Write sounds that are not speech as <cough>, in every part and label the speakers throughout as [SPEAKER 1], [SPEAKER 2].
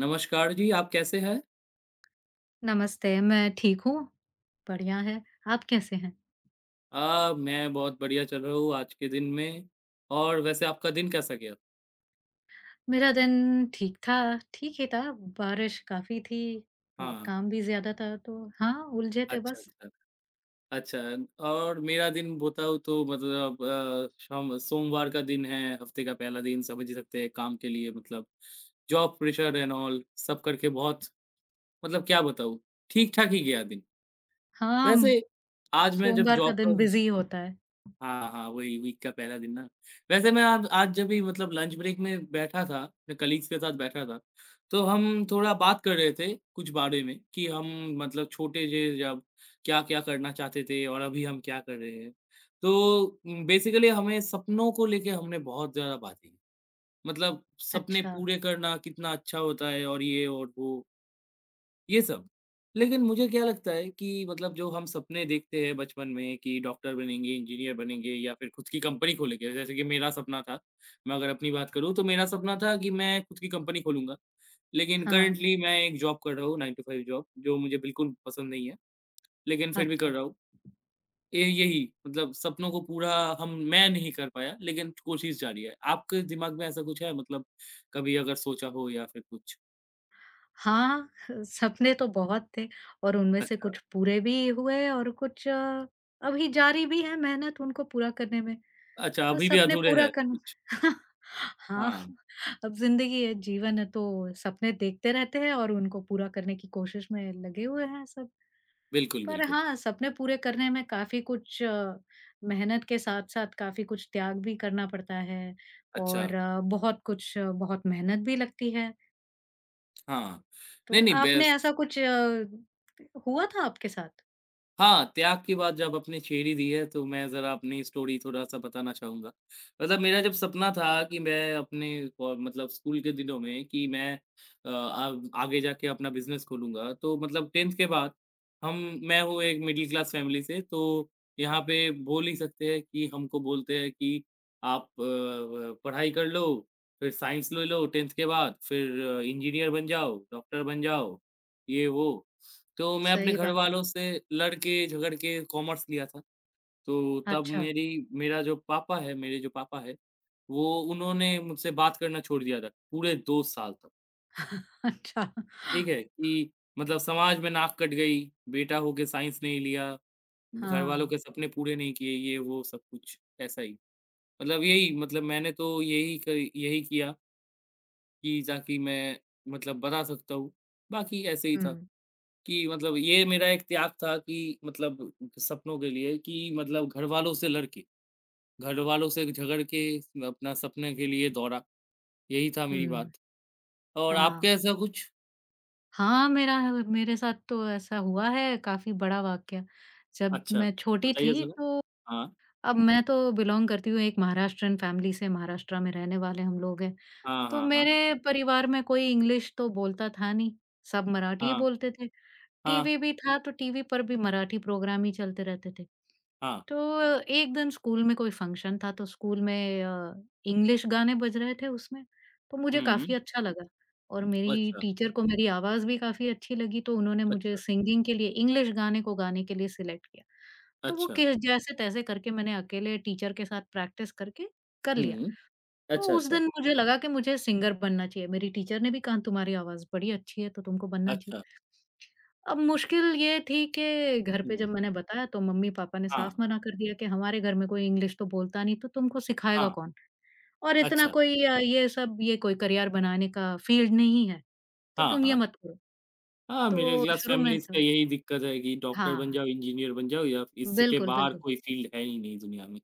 [SPEAKER 1] नमस्कार जी, आप कैसे हैं?
[SPEAKER 2] नमस्ते, मैं ठीक हूँ, बढ़िया है। आप कैसे हैं?
[SPEAKER 1] मैं बहुत बढ़िया चल रहा हूँ आज के दिन में। और वैसे आपका दिन कैसा गया?
[SPEAKER 2] मेरा दिन ठीक था ठीक ही था, बारिश काफ़ी थी और
[SPEAKER 1] हाँ,
[SPEAKER 2] काम भी ज़्यादा था तो हाँ, उलझे थे
[SPEAKER 1] अच्छा,
[SPEAKER 2] बस।
[SPEAKER 1] अच्छा। अच्छा। और मेरा दिन बताऊँ तो मतलब शाम सोमवार का दिन है, हफ़्ते का पहला दिन समझ ही सकते हैं काम के लिए। मतलब जॉब प्रेशर एंड ऑल सब करके बहुत मतलब क्या बताऊँ, ठीक-ठाक ही गया दिन। वैसे
[SPEAKER 2] हाँ,
[SPEAKER 1] आज मैं जब
[SPEAKER 2] सोमवार का
[SPEAKER 1] जॉब
[SPEAKER 2] दिन
[SPEAKER 1] कर।
[SPEAKER 2] बिज़ी होता है।
[SPEAKER 1] हाँ, हाँ, वही वीक का पहला दिन ना। वैसे मैं आज आज जब भी मतलब लंच ब्रेक में बैठा था, मैं कलीग्स के साथ बैठा था, तो हम थोड़ा बात कर रहे थे कुछ बारे में कि हम मतलब छोटे जे जब क्या-क्या करना चाहते थे और अभी हम क्या कर रहे हैं। तो बेसिकली हमें सपनों को लेके हमने बहुत ज़्यादा बातें की। मतलब सपने
[SPEAKER 2] अच्छा,
[SPEAKER 1] पूरे करना कितना अच्छा होता है और ये और वो। ये सब। लेकिन मुझे क्या लगता है कि मतलब जो हम सपने देखते हैं बचपन में कि डॉक्टर बनेंगे, इंजीनियर बनेंगे या फिर खुद की कंपनी खोलेंगे, जैसे कि मेरा सपना था। मैं अगर अपनी बात करूँ तो मेरा सपना था कि मैं खुद की कंपनी खोलूँगा। लेकिन
[SPEAKER 2] हाँ,
[SPEAKER 1] करंटली मैं एक जॉब कर रहा हूँ, 9 टू 5 जॉब जो मुझे बिल्कुल पसंद नहीं है, लेकिन फिर भी कर
[SPEAKER 2] अच्छा।
[SPEAKER 1] रहा हूँ। ये यही मतलब सपनों को पूरा हम मैं नहीं कर पाया लेकिन कोशिश जारी है। आपके दिमाग में ऐसा कुछ है मतलब कभी अगर सोचा हो या फिर कुछ?
[SPEAKER 2] हाँ, सपने तो बहुत थे और उनमें से
[SPEAKER 1] अच्छा।
[SPEAKER 2] कुछ पूरे भी हुए और अभी जारी भी है मेहनत उनको पूरा करने में।
[SPEAKER 1] अच्छा, अभी भी
[SPEAKER 2] सपने
[SPEAKER 1] अधूरे
[SPEAKER 2] पूरा
[SPEAKER 1] है
[SPEAKER 2] करना
[SPEAKER 1] कुछ?
[SPEAKER 2] <laughs> हाँ,
[SPEAKER 1] हाँ।
[SPEAKER 2] अब ज़िंदगी है, जीवन है तो सपने देखते रहते हैं और उनको पूरा करने की कोशिश में लगे हुए हैं सब।
[SPEAKER 1] बिल्कुल,
[SPEAKER 2] पर
[SPEAKER 1] बिल्कुल।
[SPEAKER 2] हाँ, सपने पूरे करने में मेहनत के साथ-साथ काफ़ी कुछ त्याग भी करना पड़ता है
[SPEAKER 1] अच्छा,
[SPEAKER 2] और बहुत मेहनत भी लगती है।
[SPEAKER 1] हाँ।
[SPEAKER 2] तो
[SPEAKER 1] नहीं, नहीं
[SPEAKER 2] आपने
[SPEAKER 1] बेस
[SPEAKER 2] ऐसा कुछ अ, हुआ था आपके साथ?
[SPEAKER 1] हाँ, त्याग की बात जब आपने छेड़ दी है, तो मैं ज़रा अपनी स्टोरी थोड़ा-सा बताना चाहूँगा। मतलब मेरा जब सपना था कि मैं अपने को मतलब स्कूल के दिनों में कि मैं अ, आग आगे जाके अपना बिज़नेस खोलूँगा, तो मतलब 10th के बाद हम मैं हूँ एक मिडल क्लास फ़ैमिली से, तो यहाँ पे बोल ही सकते हैं कि हमको बोलते हैं कि आप अ, व पढ़ाई कर लो, फिर साइंस ले लो 10th के बाद, फिर इंजीनियर बन जाओ, डॉक्टर बन जाओ, ये वो। तो मैं अपने
[SPEAKER 2] सही
[SPEAKER 1] घर
[SPEAKER 2] बात है।
[SPEAKER 1] वालों से लड़ के, झगड़ के कॉमर्स लिया था। तो तब
[SPEAKER 2] अच्छा,
[SPEAKER 1] मेरी मेरा जो पापा है मेरे जो पापा है, वो उन्होंने मुझसे बात करना छोड़ दिया था, पूरे 2 साल तक।
[SPEAKER 2] <laughs> अच्छा।
[SPEAKER 1] ठीक है? कि मतलब समाज में नाक कट गई, बेटा होके साइंस नहीं लिया, घर वालों
[SPEAKER 2] हाँ।
[SPEAKER 1] के सपने पूरे नहीं किए, ये वो सब कुछ, ऐसा ही। मतलब यही मतलब मैंने यही किया कि ताकि मैं मतलब बता सकता हूँ, बाकी ऐसे ही था।
[SPEAKER 2] हुँ,
[SPEAKER 1] कि मतलब ये मेरा एक त्याग था कि मतलब सपनों के लिए कि मतलब घरवालों से लड़ के, घरवालों से झगड़ के अपना सपने के लिए दौड़ा, यही था मेरी
[SPEAKER 2] हुँ।
[SPEAKER 1] बात। और आपके
[SPEAKER 2] हाँ।
[SPEAKER 1] ऐसा कुछ?
[SPEAKER 2] हाँ, मेरा मेरे साथ तो ऐसा हुआ है काफ़ी बड़ा वाक़या। जब
[SPEAKER 1] अच्छा,
[SPEAKER 2] मैं छोटी
[SPEAKER 1] बताइए
[SPEAKER 2] थी
[SPEAKER 1] ज़रा।
[SPEAKER 2] तो
[SPEAKER 1] हाँ।
[SPEAKER 2] अब मैं तो बिलॉन्ग करती हूँ एक महाराष्ट्रियन फैमिली से, महाराष्ट्र में रहने वाले हम लोग हैं।
[SPEAKER 1] हाँ,
[SPEAKER 2] तो
[SPEAKER 1] हाँ, हाँ।
[SPEAKER 2] मेरे परिवार में कोई इंग्लिश तो बोलता था नहीं, सब मराठी ही
[SPEAKER 1] हाँ,
[SPEAKER 2] बोलते थे।
[SPEAKER 1] हाँ,
[SPEAKER 2] टीवी भी था तो टीवी पर भी मराठी प्रोग्राम ही चलते रहते थे।
[SPEAKER 1] हाँ।
[SPEAKER 2] तो एक दिन स्कूल में कोई फ़ंक्शन था तो इंग्लिश गाने बज रहे थे उसमें, तो मुझे
[SPEAKER 1] हुँ।
[SPEAKER 2] काफ़ी अच्छा लगा और मेरी
[SPEAKER 1] अच्छा,
[SPEAKER 2] टीचर को मेरी आवाज़ भी काफ़ी अच्छी लगी तो उन्होंने मुझे
[SPEAKER 1] अच्छा,
[SPEAKER 2] सिंगिंग के लिए इंग्लिश गाने को गाने के लिए सिलेक्ट किया। तो वो
[SPEAKER 1] अच्छा।
[SPEAKER 2] कि जैसे-तैसे करके मैंने अकेले टीचर के साथ प्रैक्टिस करके कर लिया।
[SPEAKER 1] हुँ।
[SPEAKER 2] तो
[SPEAKER 1] अच्छा,
[SPEAKER 2] उस
[SPEAKER 1] अच्छा।
[SPEAKER 2] दिन मुझे लगा कि मुझे सिंगर बनना चाहिए। मेरी टीचर ने भी कहा तुम्हारी आवाज़ बड़ी अच्छी है तो तुमको बनना
[SPEAKER 1] अच्छा।
[SPEAKER 2] चाहिए। अब मुश्किल ये थी कि घर पे जब
[SPEAKER 1] हुँ।
[SPEAKER 2] मैंने बताया तो मम्मी-पापा ने
[SPEAKER 1] हाँ,
[SPEAKER 2] साफ मना कर दिया कि हमारे घर में कोई इंग्लिश तो बोलता नहीं तो तुमको सिखाएगा
[SPEAKER 1] हाँ।
[SPEAKER 2] कौन? और इतना
[SPEAKER 1] अच्छा।
[SPEAKER 2] कोई अ, ये सब ये कोई करियर बनाने का फील्ड नहीं है, तो
[SPEAKER 1] हाँ,
[SPEAKER 2] तुम ये
[SPEAKER 1] हाँ।
[SPEAKER 2] मत करो।
[SPEAKER 1] हाँ, मिडिल
[SPEAKER 2] तो
[SPEAKER 1] क्लास
[SPEAKER 2] शुरू में
[SPEAKER 1] फैमिलीज़ का
[SPEAKER 2] तो
[SPEAKER 1] यही दिक्कत है कि डॉक्टर बन
[SPEAKER 2] हाँ,
[SPEAKER 1] जाओ, इंजीनियर बन जाओ या इसके
[SPEAKER 2] बिल्कुल,
[SPEAKER 1] बाहर
[SPEAKER 2] बिल्कुल।
[SPEAKER 1] कोई फ़ील्ड है ही नहीं दुनिया में।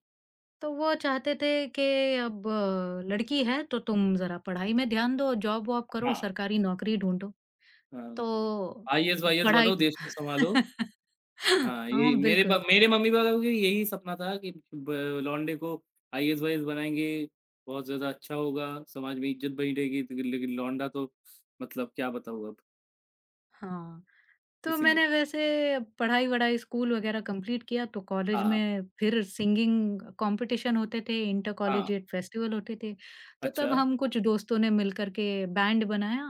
[SPEAKER 2] तो वो चाहते थे कि लड़की है तो तुम ज़रा पढ़ाई में ध्यान दो, जॉब-वॉब करो,
[SPEAKER 1] हाँ,
[SPEAKER 2] सरकारी नौकरी ढूँढो।
[SPEAKER 1] हाँ।
[SPEAKER 2] तो
[SPEAKER 1] आईएएस-वाईएएस
[SPEAKER 2] पढ़ाई
[SPEAKER 1] बनो,
[SPEAKER 2] तो
[SPEAKER 1] देश को सँभालो।
[SPEAKER 2] <laughs>
[SPEAKER 1] हाँ, यही
[SPEAKER 2] हाँ,
[SPEAKER 1] मेरे पा
[SPEAKER 2] बिल्कुल।
[SPEAKER 1] मेरे मम्मी-पापा का भी यही सपना था कि ब लौंडे को आईएएस-वाईएएस बनाएँगे, बहुत ज़्यादा अच्छा होगा, समाज में इज़्ज़त बनी रहेगी, तो लेकिन लौंडा तो मतलब क्या बताऊँ अब,
[SPEAKER 2] हाँ। तो
[SPEAKER 1] इसीलिए।
[SPEAKER 2] मैंने वैसे पढ़ाई-वढ़ाई स्कूल वगैरह कंप्लीट किया तो कॉलेज
[SPEAKER 1] हाँ,
[SPEAKER 2] में फिर सिंगिंग कॉम्पिटिशन होते थे, इंटर
[SPEAKER 1] हाँ,
[SPEAKER 2] कॉलेजिएट फेस्टिवल होते थे। तो
[SPEAKER 1] अच्छा,
[SPEAKER 2] तब हम कुछ दोस्तों ने मिलकर के बैंड बनाया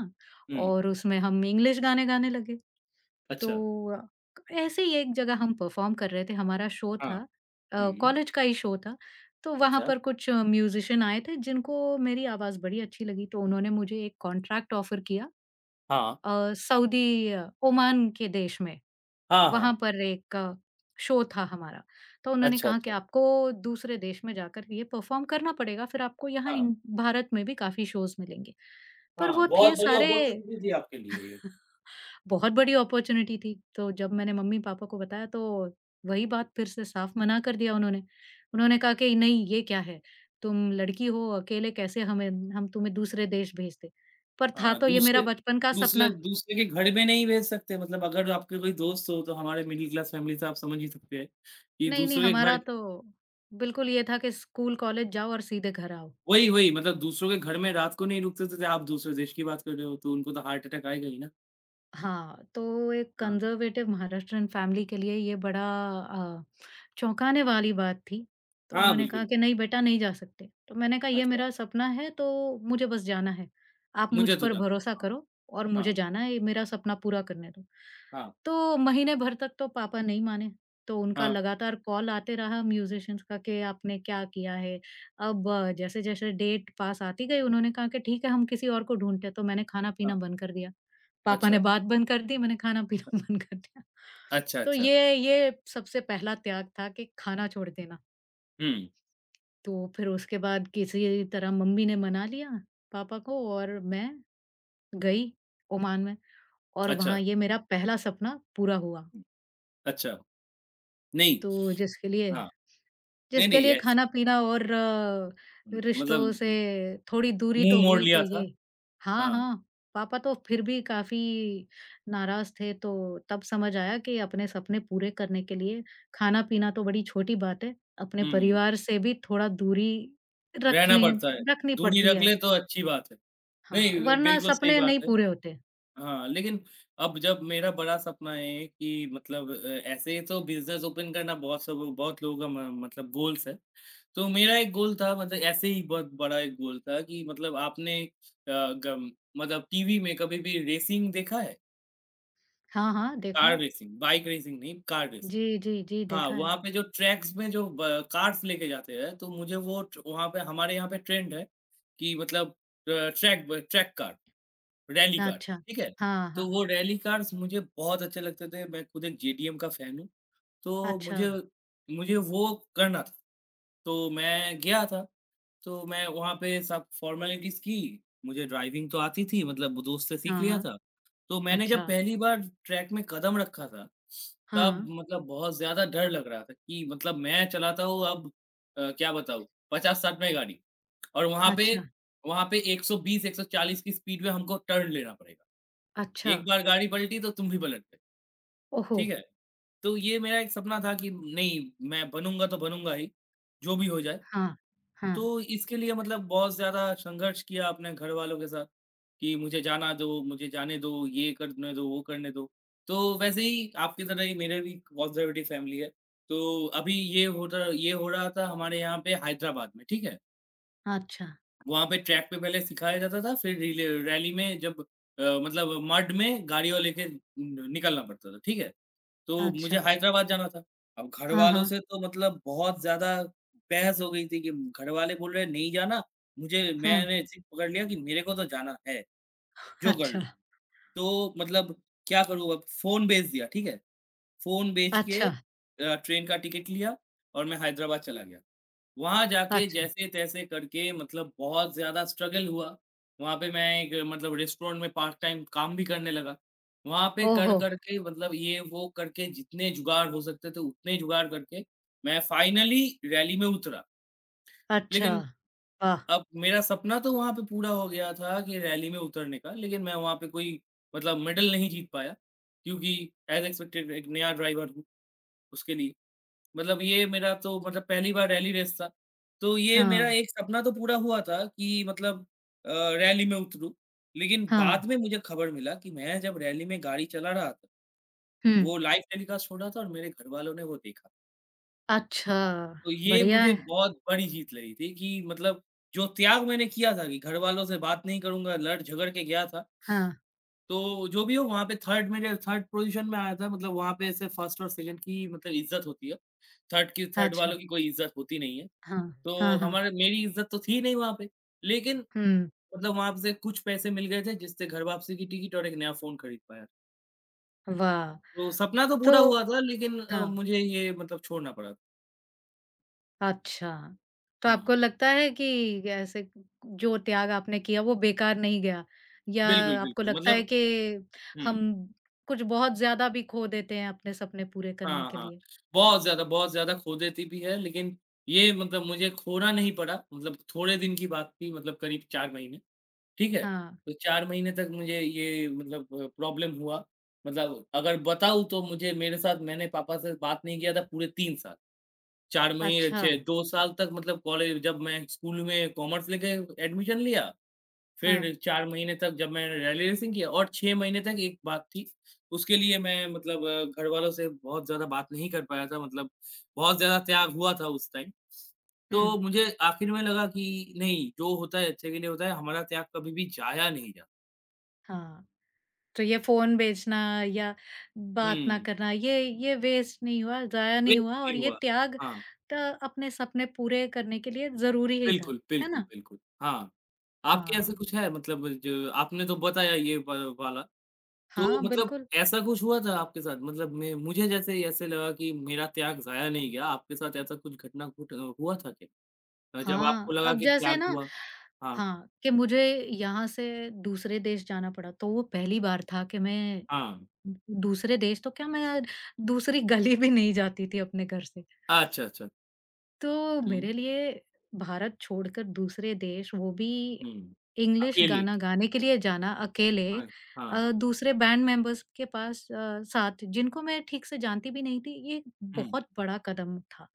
[SPEAKER 1] हुँ,
[SPEAKER 2] और उसमें हम इंग्लिश गाने गाने लगे।
[SPEAKER 1] अच्छा,
[SPEAKER 2] तो ऐसे ही एक जगह हम परफॉर्म कर रहे थे, हमारा शो
[SPEAKER 1] हाँ,
[SPEAKER 2] था अ,
[SPEAKER 1] हुँ,
[SPEAKER 2] कॉलेज का ही शो था। तो वहाँ
[SPEAKER 1] अच्छा,
[SPEAKER 2] पर कुछ म्यूज़िशियन आए थे जिनको मेरी आवाज़ बड़ी अच्छी लगी तो उन्होंने मुझे एक कॉन्ट्रैक्ट ऑफ़र किया।
[SPEAKER 1] हाँ,
[SPEAKER 2] ओमान के देश में,
[SPEAKER 1] हाँ,
[SPEAKER 2] वहाँ
[SPEAKER 1] हाँ,
[SPEAKER 2] पर एक अ, शो था हमारा। तो उन्होंने
[SPEAKER 1] अच्छा,
[SPEAKER 2] कहा कि
[SPEAKER 1] अच्छा,
[SPEAKER 2] आपको दूसरे देश में जाकर ये परफ़ॉर्म करना पड़ेगा, फिर आपको यहाँ
[SPEAKER 1] हाँ,
[SPEAKER 2] इन भारत में भी काफ़ी शोज़ मिलेंगे। पर
[SPEAKER 1] हाँ,
[SPEAKER 2] वो
[SPEAKER 1] बहुत
[SPEAKER 2] थे
[SPEAKER 1] बड़ी
[SPEAKER 2] सारे
[SPEAKER 1] अपॉर्च्युनिटी थी आपके लिए ये।
[SPEAKER 2] बहुत बड़ी अपॉर्च्युनिटी थी, तो जब मैंने मम्मी-पापा को बताया तो वही बात फिर से साफ मना कर दिया उन्होंने। उन्होंने कहा कि नहीं ये क्या है? तुम लड़की हो, अकेले कैसे हमें हम तुम्हें दूसरे देश भेजते? पर था
[SPEAKER 1] हाँ,
[SPEAKER 2] तो ये मेरा
[SPEAKER 1] दूसरे
[SPEAKER 2] बचपन का
[SPEAKER 1] दूसरे
[SPEAKER 2] सपना।
[SPEAKER 1] दूसरे के घर में नहीं भेज सकते मतलब अगर आपके कोई दोस्त हो तो हमारे मिडिल क्लास फैमिली से आप समझ ही सकते हैं कि
[SPEAKER 2] नहीं, नहीं,
[SPEAKER 1] दूसरों के
[SPEAKER 2] हमारा
[SPEAKER 1] घर
[SPEAKER 2] तो बिल्कुल ये था कि स्कूल, कॉलेज जाओ और सीधे घर आओ।
[SPEAKER 1] वही वही मतलब दूसरों के घर में रात को नहीं रुकते थे आप दूसरे देश की बात कर रहे हो तो उनको तो हार्ट अटैक आएगा ही ना।
[SPEAKER 2] हाँ, तो एक
[SPEAKER 1] हाँ,
[SPEAKER 2] कंज़र्वेटिव महाराष्ट्रीयन फैमिली के लिए अ, चौंकाने वाली बात थी। तो
[SPEAKER 1] हाँ,
[SPEAKER 2] उन्होंने
[SPEAKER 1] बिल्कुल,
[SPEAKER 2] कहा
[SPEAKER 1] बिल्कुल।
[SPEAKER 2] कि, "नहीं बेटा, नहीं जा सकते।" तो मैंने कहा, "ये
[SPEAKER 1] अच्छा,
[SPEAKER 2] मेरा सपना है, तो मुझे बस जाना है। आप मुझ
[SPEAKER 1] मुझे तो
[SPEAKER 2] पर
[SPEAKER 1] जानते
[SPEAKER 2] भरोसा
[SPEAKER 1] हो।
[SPEAKER 2] करो और मुझे
[SPEAKER 1] हाँ,
[SPEAKER 2] जाना है, ये मेरा सपना पूरा करने दो।"
[SPEAKER 1] हाँ,
[SPEAKER 2] तो महीने भर तक तो पापा नहीं माने। तो
[SPEAKER 1] हाँ,
[SPEAKER 2] उनका
[SPEAKER 1] हाँ,
[SPEAKER 2] लगातार कॉल आते रहा म्यूज़िशियंस का कि, "आपने क्या किया है?" अब जैसे-जैसे डेट पास आती गई, उन्होंने कहा कि, "ठीक है, हम किसी और को ढूँढते हैं।" तो मैंने खाना-पीना
[SPEAKER 1] हाँ,
[SPEAKER 2] बंद कर दिया। पापा ने
[SPEAKER 1] अच्छा,
[SPEAKER 2] बात बंद कर दी, मैंने खाना-पीना <laughs> बंद कर दिया।
[SPEAKER 1] अच्छा,
[SPEAKER 2] तो
[SPEAKER 1] अच्छा।
[SPEAKER 2] ये सबसे पहला त्याग था कि खाना छोड़ देना।
[SPEAKER 1] हुँ,
[SPEAKER 2] तो फिर उसके बाद किसी तरह मम्मी ने मना लिया पापा को और मैं गई ओमान में और
[SPEAKER 1] अच्छा,
[SPEAKER 2] वहाँ ये मेरा पहला सपना पूरा हुआ।
[SPEAKER 1] हम्म, अच्छा। नहीं,
[SPEAKER 2] तो जिसके लिए
[SPEAKER 1] हाँ, नहीं,
[SPEAKER 2] जिसके
[SPEAKER 1] नहीं
[SPEAKER 2] लिए
[SPEAKER 1] ऐसे
[SPEAKER 2] रिश्तों
[SPEAKER 1] मतलब
[SPEAKER 2] से थोड़ी दूरी
[SPEAKER 1] मुँह
[SPEAKER 2] तो
[SPEAKER 1] मोड़
[SPEAKER 2] हुई तो
[SPEAKER 1] लिया था।
[SPEAKER 2] ये हाँ,
[SPEAKER 1] हाँ,
[SPEAKER 2] हाँ, पापा तो फिर भी काफ़ी नाराज़ थे तो तब समझ आया कि अपने सपने पूरे करने के लिए खाना-पीना तो बड़ी छोटी बात है, अपने
[SPEAKER 1] हुँ, हुँ।
[SPEAKER 2] परिवार से भी थोड़ा दूरी रख
[SPEAKER 1] रहना
[SPEAKER 2] लें
[SPEAKER 1] पड़ता है,
[SPEAKER 2] रखनी
[SPEAKER 1] दूरी
[SPEAKER 2] पड़ती
[SPEAKER 1] रख
[SPEAKER 2] है।
[SPEAKER 1] लें तो अच्छी बात है। नहीं,
[SPEAKER 2] हाँ, वरना
[SPEAKER 1] बिल्कुल सही
[SPEAKER 2] सपने
[SPEAKER 1] बात
[SPEAKER 2] नहीं
[SPEAKER 1] है।
[SPEAKER 2] पूरे होते।
[SPEAKER 1] हाँ, लेकिन अब जब मेरा बड़ा सपना है कि मतलब ऐसे ही तो बिज़नेस ओपन करना बहुत सब बहुत लोगों का म मतलब गोल्स है। तो मेरा एक गोल था मतलब ऐसे ही बहुत बड़ा एक गोल था कि मतलब आपने अ, गम मतलब टीवी में कभी भी रेसिंग देखा है?
[SPEAKER 2] हाँ, हाँ, देखा
[SPEAKER 1] कार
[SPEAKER 2] है।
[SPEAKER 1] रेसिंग, बाइक रेसिंग नहीं, कार रेसिंग।
[SPEAKER 2] जी, जी, जी,
[SPEAKER 1] हाँ,
[SPEAKER 2] देखा है।
[SPEAKER 1] वहाँ पे जो ट्रैक्स में जो ब कार्स लेके जाते हैं, तो मुझे वो ट वहाँ पे हमारे यहाँ पे ट्रेंड है कि मतलब ट्रैक कार, रैली कार,
[SPEAKER 2] अच्छा।
[SPEAKER 1] ठीक है?
[SPEAKER 2] हाँ,
[SPEAKER 1] तो
[SPEAKER 2] हाँ।
[SPEAKER 1] वो रैली कार्स मुझे बहुत अच्छे लगते थे, मैं खुद एक जेडीएम का फ़ैन हूँ। तो
[SPEAKER 2] अच्छा।
[SPEAKER 1] मुझे मुझे वो करना था। तो मैं गया था, तो मैं वहाँ पे सब फ़ॉर्मेलिटीज़ की, मुझे ड्राइविंग तो आती थी मतलब दोस्त से सीख
[SPEAKER 2] हाँ,
[SPEAKER 1] लिया
[SPEAKER 2] हाँ।
[SPEAKER 1] था। तो मैंने जब
[SPEAKER 2] अच्छा।
[SPEAKER 1] पहली बार ट्रैक में कदम रखा था, तब
[SPEAKER 2] हाँ।
[SPEAKER 1] मतलब बहुत ज़्यादा डर लग रहा था कि मतलब मैं चलाता हूँ अब क्या बताऊँ 50-60 में गाड़ी और वहाँ पे
[SPEAKER 2] अच्छा,
[SPEAKER 1] वहाँ पे 120-140 की स्पीड में हमको टर्न लेना पड़ेगा।
[SPEAKER 2] अच्छा।
[SPEAKER 1] एक बार गाड़ी पलटी तो तुम भी पलट गए।
[SPEAKER 2] ओहो!
[SPEAKER 1] ठीक है? तो ये मेरा एक सपना था कि नहीं, मैं बनूँगा तो बनूँगा ही, जो भी हो जाए।
[SPEAKER 2] हाँ, हाँ,
[SPEAKER 1] तो इसके लिए मतलब बहुत ज़्यादा संघर्ष किया अपने घरवालों के साथ, कि मुझे जाना दो, मुझे जाने दो, ये करने दो, वो करने दो। तो वैसे ही आपकी तरह ही मेरे भी कंज़र्वेटिव फैमिली है। तो अभी ये हो रहा था हमारे यहाँ पे हैदराबाद में, ठीक है?
[SPEAKER 2] अच्छा,
[SPEAKER 1] वहाँ पे ट्रैक पे पहले सिखाया जाता था, फिर रिले रैली में जब मतलब मड में गाड़ियाँ लेके न निकलना पड़ता था, ठीक है? तो मुझे
[SPEAKER 2] अच्छा,
[SPEAKER 1] हैदराबाद जाना था। अब
[SPEAKER 2] हाँ,
[SPEAKER 1] घरवालों
[SPEAKER 2] हाँ,
[SPEAKER 1] से तो मतलब बहुत ज़्यादा बहस हो गई थी कि घरवाले बोल रहे हैं नहीं जाना, मुझे
[SPEAKER 2] हाँ,
[SPEAKER 1] मैंने ज़िद पकड़ लिया कि मेरे को तो जाना है, जो कर
[SPEAKER 2] अच्छा,
[SPEAKER 1] लो। तो मतलब क्या करूँ अब फ़ोन बेच दिया, ठीक है? फ़ोन बेच के
[SPEAKER 2] अच्छा,
[SPEAKER 1] ट्रेन का टिकट लिया और मैं हैदराबाद चला गया। वहाँ जाके
[SPEAKER 2] अच्छा,
[SPEAKER 1] जैसे-तैसे करके मतलब बहुत ज़्यादा स्ट्रगल हुआ। वहाँ पे मैं एक मतलब रेस्टोरेंट में पार्ट टाइम काम भी करने लगा। वहाँ पे कर
[SPEAKER 2] ओहो!
[SPEAKER 1] कर के मतलब ये वो करके जितने जुगाड़ हो सकते थे उतने जुगाड़ करके मैं फाइनली रैली में उतरा।
[SPEAKER 2] अच्छा,
[SPEAKER 1] लेकिन
[SPEAKER 2] वाह!
[SPEAKER 1] अब मेरा सपना तो वहाँ पे पूरा हो गया था कि रैली में उतरने का, लेकिन मैं वहाँ पे कोई मतलब मेडल नहीं जीत पाया क्योंकि एज़ एक्सपेक्टेड एक नया ड्राइवर हूँ उसके लिए। मतलब ये मेरा तो मतलब पहली बार रैली रेस था। तो ये
[SPEAKER 2] हाँ,
[SPEAKER 1] मेरा एक सपना तो पूरा हुआ था कि मतलब अ, रैली में उतरूँ। लेकिन
[SPEAKER 2] हाँ,
[SPEAKER 1] बाद में मुझे खबर मिला कि मैं जब रैली में गाड़ी चला रहा था,
[SPEAKER 2] हुँ,
[SPEAKER 1] वो लाइव टेलीकास्ट हो रहा था और मेरे घरवालों ने वो देखा।
[SPEAKER 2] अच्छा,
[SPEAKER 1] तो ये
[SPEAKER 2] बढ़िया
[SPEAKER 1] मुझे
[SPEAKER 2] है।
[SPEAKER 1] बहुत बड़ी जीत लगी थी कि मतलब जो त्याग मैंने किया था कि घरवालों से बात नहीं करूँगा, लड़ झगड़ के गया था।
[SPEAKER 2] हाँ,
[SPEAKER 1] तो जो भी हो वहाँ पे 3rd मेरे 3rd पोज़ीशन में आया था मतलब वहाँ पे ऐसे 1st और 2nd की मतलब इज़्ज़त होती है। थर्ड की थर्ड
[SPEAKER 2] अच्छा,
[SPEAKER 1] वालों की कोई इज़्ज़त होती नहीं है।
[SPEAKER 2] हाँ, हाँ,
[SPEAKER 1] तो
[SPEAKER 2] हाँ,
[SPEAKER 1] हमारे मेरी इज़्ज़त तो थी नहीं वहाँ पे, लेकिन
[SPEAKER 2] हुँ,
[SPEAKER 1] मतलब वहाँ से कुछ पैसे मिल गए थे जिससे घर वापसी की टिकट और एक नया फ़ोन खरीद पाया।
[SPEAKER 2] वाह!
[SPEAKER 1] तो सपना तो पूरा हुआ
[SPEAKER 2] तो
[SPEAKER 1] था लेकिन
[SPEAKER 2] हाँ।
[SPEAKER 1] मुझे ये मतलब छोड़ना पड़ा। था।
[SPEAKER 2] अच्छा, तो
[SPEAKER 1] हाँ,
[SPEAKER 2] आपको लगता है कि ऐसे जो त्याग आपने किया वो बेकार नहीं गया? या
[SPEAKER 1] बिल्कुल,
[SPEAKER 2] आपको
[SPEAKER 1] बिल्कुल
[SPEAKER 2] लगता है
[SPEAKER 1] मतलब
[SPEAKER 2] कि
[SPEAKER 1] हुँ,
[SPEAKER 2] हम कुछ बहुत ज़्यादा भी खो देते हैं अपने सपने पूरे करने
[SPEAKER 1] हाँ,
[SPEAKER 2] के
[SPEAKER 1] हाँ।
[SPEAKER 2] लिए?
[SPEAKER 1] बहुत ज़्यादा खो देती भी है लेकिन ये मतलब मुझे खोना नहीं पड़ा मतलब थोड़े दिन की बात थी मतलब करीब 4 महीने। ठीक है?
[SPEAKER 2] हाँ,
[SPEAKER 1] तो 4 महीने तक मुझे ये मतलब प्रॉब्लम हुआ। मतलब अगर बताऊँ तो मुझे मेरे साथ मैंने पापा से बात नहीं किया था पूरे 3 साल। 4 महीने
[SPEAKER 2] अच्छा,
[SPEAKER 1] 6 2 साल तक मतलब कॉलेज जब मैं स्कूल में कॉमर्स लेके एडमिशन लिया
[SPEAKER 2] हाँ,
[SPEAKER 1] फिर 4 महीने तक जब मैंने रैली रेसिंग किया और 6 महीने तक एक बात थी, उसके लिए मैं मतलब घर वालों से बहुत ज़्यादा बात नहीं कर पाया था मतलब बहुत ज़्यादा त्याग हुआ था उस टाइम।
[SPEAKER 2] हुँ,
[SPEAKER 1] तो मुझे आखिर में लगा कि नहीं, जो होता है अच्छे के लिए होता है, हमारा त्याग कभी भी जाया नहीं जाता।
[SPEAKER 2] हाँ। तो ये फ़ोन बेचना या बात ना
[SPEAKER 1] हुँ,
[SPEAKER 2] करना ये वेस्ट नहीं हुआ, ज़ाया नहीं
[SPEAKER 1] वेस्ट
[SPEAKER 2] हुआ और
[SPEAKER 1] नहीं
[SPEAKER 2] ये
[SPEAKER 1] हुआ।
[SPEAKER 2] त्याग
[SPEAKER 1] हाँ,
[SPEAKER 2] त अपने सपने पूरे करने के लिए ज़रूरी ही था,
[SPEAKER 1] बिल्कुल,
[SPEAKER 2] है
[SPEAKER 1] बिल्कुल,
[SPEAKER 2] ना?
[SPEAKER 1] बिल्कुल। हाँ, आपके ऐसा
[SPEAKER 2] हाँ,
[SPEAKER 1] कुछ है मतलब जो आपने तो बताया ये व वाला तो
[SPEAKER 2] हाँ,
[SPEAKER 1] मतलब
[SPEAKER 2] बिल्कुल।
[SPEAKER 1] ऐसा कुछ हुआ था आपके साथ? मतलब मैं मुझे जैसे ऐसे लगा कि मेरा त्याग ज़ाया नहीं गया, आपके साथ ऐसा कुछ घटना घुट हुआ था क्या? जब आपको
[SPEAKER 2] हाँ,
[SPEAKER 1] लगा
[SPEAKER 2] अब
[SPEAKER 1] कि
[SPEAKER 2] जैसे
[SPEAKER 1] त्याग
[SPEAKER 2] ना
[SPEAKER 1] हुआ? हाँ,
[SPEAKER 2] हाँ, कि मुझे यहाँ से दूसरे देश जाना पड़ा, तो वो पहली बार था कि मैं
[SPEAKER 1] हाँ।
[SPEAKER 2] दूसरे देश तो क्या मैं दूसरी <laughs> गली भी नहीं जाती थी अपने घर से।
[SPEAKER 1] अच्छा, अच्छा।
[SPEAKER 2] तो
[SPEAKER 1] हुँ,
[SPEAKER 2] मेरे लिए भारत छोड़कर दूसरे देश वो भी
[SPEAKER 1] हुँ।
[SPEAKER 2] इंग्लिश
[SPEAKER 1] अकेले।
[SPEAKER 2] गाना गाने के लिए जाना अकेले
[SPEAKER 1] हाँ, हाँ।
[SPEAKER 2] दूसरे बैंड मेंबर्स के साथ जिनको मैं ठीक से जानती भी नहीं थी ये
[SPEAKER 1] हुँ,
[SPEAKER 2] बहुत बड़ा कदम था।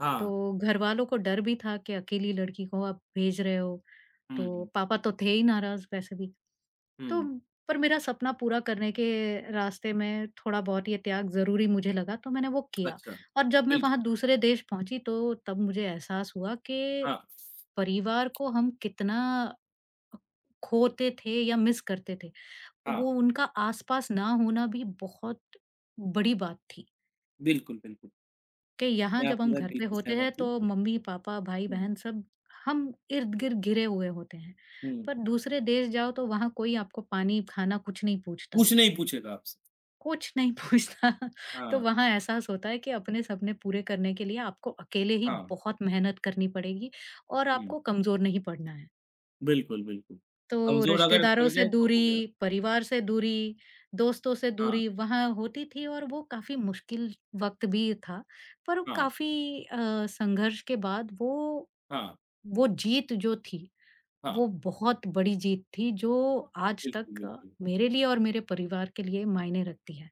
[SPEAKER 1] हाँ।
[SPEAKER 2] तो घरवालों को डर भी था कि अकेली लड़की को आप भेज रहे हो तो
[SPEAKER 1] हुँ,
[SPEAKER 2] पापा तो थे ही नाराज़ वैसे भी। तो
[SPEAKER 1] हुँ।
[SPEAKER 2] पर मेरा सपना पूरा करने के रास्ते में थोड़ा-बहुत ये त्याग ज़रूरी मुझे लगा तो मैंने वो किया।
[SPEAKER 1] अच्छा।
[SPEAKER 2] और जब मैं
[SPEAKER 1] बिल्कुल।
[SPEAKER 2] वहाँ दूसरे देश पहुँची तो तब मुझे एहसास हुआ कि
[SPEAKER 1] हाँ,
[SPEAKER 2] परिवार को हम कितना खोते थे या मिस करते थे।
[SPEAKER 1] हाँ।
[SPEAKER 2] वो उनका आस-पास ना होना भी बहुत बड़ी बात थी।
[SPEAKER 1] बिल्कुल, बिल्कुल।
[SPEAKER 2] कि यहाँ
[SPEAKER 1] मैं
[SPEAKER 2] जब
[SPEAKER 1] आपके
[SPEAKER 2] हम
[SPEAKER 1] साथ
[SPEAKER 2] घर पे
[SPEAKER 1] बिल्कुल
[SPEAKER 2] होते
[SPEAKER 1] सहमत
[SPEAKER 2] हैं
[SPEAKER 1] हूँ।
[SPEAKER 2] तो मम्मी पापा भाई
[SPEAKER 1] हुँ,
[SPEAKER 2] बहन सब हम इर्द गिर्द घिरे हुए होते हैं
[SPEAKER 1] हुँ।
[SPEAKER 2] पर दूसरे देश जाओ तो वहाँ कोई आपको पानी खाना कुछ नहीं पूछता
[SPEAKER 1] कुछ नहीं पूछेगा आपसे।
[SPEAKER 2] कुछ नहीं <laughs> पूछता तो
[SPEAKER 1] हाँ,
[SPEAKER 2] वहाँ एहसास होता है कि अपने सपने पूरे करने के लिए आपको अकेले ही
[SPEAKER 1] हाँ।
[SPEAKER 2] बहुत मेहनत करनी पड़ेगी और
[SPEAKER 1] हुँ।
[SPEAKER 2] आपको कमजोर नहीं पड़ना है
[SPEAKER 1] बिल्कुल, बिल्कुल।
[SPEAKER 2] तो
[SPEAKER 1] कमज़ोर अगर पड़
[SPEAKER 2] रिश्तेदारों से
[SPEAKER 1] जाए तो हो गया।
[SPEAKER 2] दूरी, परिवार से दूरी, दोस्तों से
[SPEAKER 1] हाँ,
[SPEAKER 2] दूरी वहाँ होती थी और वो काफ़ी मुश्किल वक़्त भी था। पर
[SPEAKER 1] हाँ।
[SPEAKER 2] काफ़ी अ, संघर्ष के बाद वो
[SPEAKER 1] हाँ,
[SPEAKER 2] वो जीत जो थी,
[SPEAKER 1] हाँ,
[SPEAKER 2] वो बहुत बड़ी जीत थी जो आज
[SPEAKER 1] बिल्कुल,
[SPEAKER 2] तक अ,
[SPEAKER 1] बिल्कुल।
[SPEAKER 2] मेरे लिए और मेरे परिवार के लिए मायने रखती है।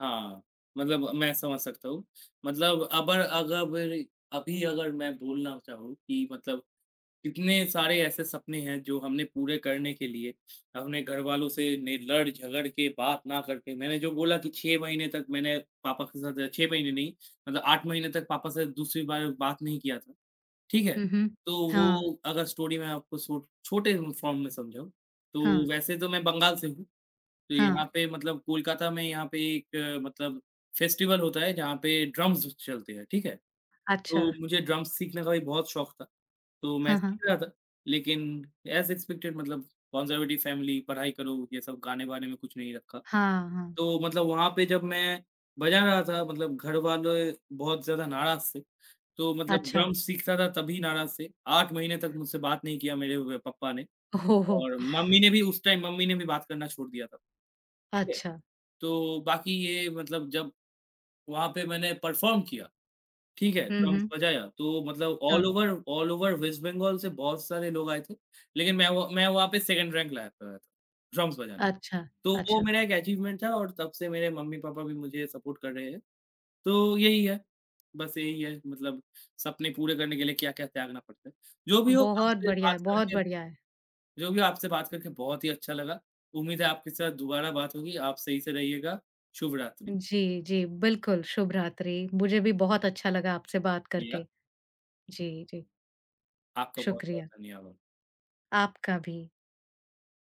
[SPEAKER 1] हाँ, मतलब मैं समझ सकता हूँ। मतलब अबर अगर अभी अगर मैं बोलना चाहूँ कि मतलब कितने सारे ऐसे सपने हैं जो हमने पूरे करने के लिए अपने घरवालों से ने लड़ झगड़ के बात ना करके मैंने जो बोला कि 6 महीने तक मैंने पापा के साथ 6 महीने नहीं मतलब 8 महीने तक पापा से दूसरी बार बात नहीं किया था, ठीक है?
[SPEAKER 2] हुँ, हुँ।
[SPEAKER 1] तो
[SPEAKER 2] हाँ,
[SPEAKER 1] वो अगर स्टोरी मैं आपको छोटे फॉर्म में समझाऊँ,
[SPEAKER 2] हाँ,
[SPEAKER 1] तो वैसे तो मैं बंगाल से हूँ। तो
[SPEAKER 2] हाँ।
[SPEAKER 1] यहाँ पे मतलब कोलकाता में यहाँ पे एक मतलब फेस्टिवल होता है जहाँ पे ड्रम्स चलते हैं, ठीक है?
[SPEAKER 2] अच्छा।
[SPEAKER 1] तो मुझे ड्रम्स सीखने का भी बहुत शौक था, तो मैं
[SPEAKER 2] हाँ, हाँ।
[SPEAKER 1] सीख रहा था। लेकिन एज़ एक्सपेक्टेड मतलब कंजर्वेटिव फैमिली, पढ़ाई करो, ये सब गाने-वाने में कुछ नहीं रखा।
[SPEAKER 2] हाँ, हाँ।
[SPEAKER 1] तो मतलब वहाँ पे जब मैं बजा रहा था मतलब घर वाले बहुत ज़्यादा नाराज़ थे। तो मतलब
[SPEAKER 2] अच्छा।
[SPEAKER 1] ड्रम्स सीखता था तभी नाराज़ थे। 8 महीने तक मुझसे बात नहीं किया मेरे व पापा ने।
[SPEAKER 2] ओह हो!
[SPEAKER 1] और मम्मी ने भी उस टाइम मम्मी ने भी बात करना छोड़ दिया था। ठीक है?
[SPEAKER 2] अच्छा।
[SPEAKER 1] तो बाकी ये मतलब जब वहाँ पे मैंने परफ़ॉर्म किया, ठीक है?
[SPEAKER 2] हुँ,
[SPEAKER 1] ड्रम्स
[SPEAKER 2] हुँ।
[SPEAKER 1] बजाया, तो मतलब ऑल
[SPEAKER 2] हाँ।
[SPEAKER 1] Over all over West Bengal से बहुत सारे लोग आए थे, लेकिन मैं वहाँ पे 2nd रैंक लाया था ड्रम्स बजाने में।
[SPEAKER 2] अच्छा,
[SPEAKER 1] तो वो
[SPEAKER 2] अच्छा।
[SPEAKER 1] मेरा एक अचीवमेंट था और तब से मेरे मम्मी-पापा भी मुझे सपोर्ट कर रहे हैं। तो यही है, बस यही है मतलब सपने पूरे करने के लिए क्या-क्या त्यागना पड़ता है। जो भी हो
[SPEAKER 2] बहुत
[SPEAKER 1] आपसे
[SPEAKER 2] बढ़िया है,
[SPEAKER 1] बात
[SPEAKER 2] बहुत
[SPEAKER 1] करके
[SPEAKER 2] बढ़िया है।
[SPEAKER 1] जो भी आपसे बात करके बहुत ही अच्छा लगा। उम्मीद है आपके साथ दोबारा बात होगी। आप सही से रहिएगा। शुभ रात्रि।
[SPEAKER 2] जी, जी, बिल्कुल, शुभ रात्रि। मुझे भी बहुत अच्छा लगा आपसे बात
[SPEAKER 1] शुक्रिया।
[SPEAKER 2] करके। जी, जी,
[SPEAKER 1] आपका बहुत-बहुत
[SPEAKER 2] शुक्रिया।
[SPEAKER 1] धन्यवाद।
[SPEAKER 2] आपका भी।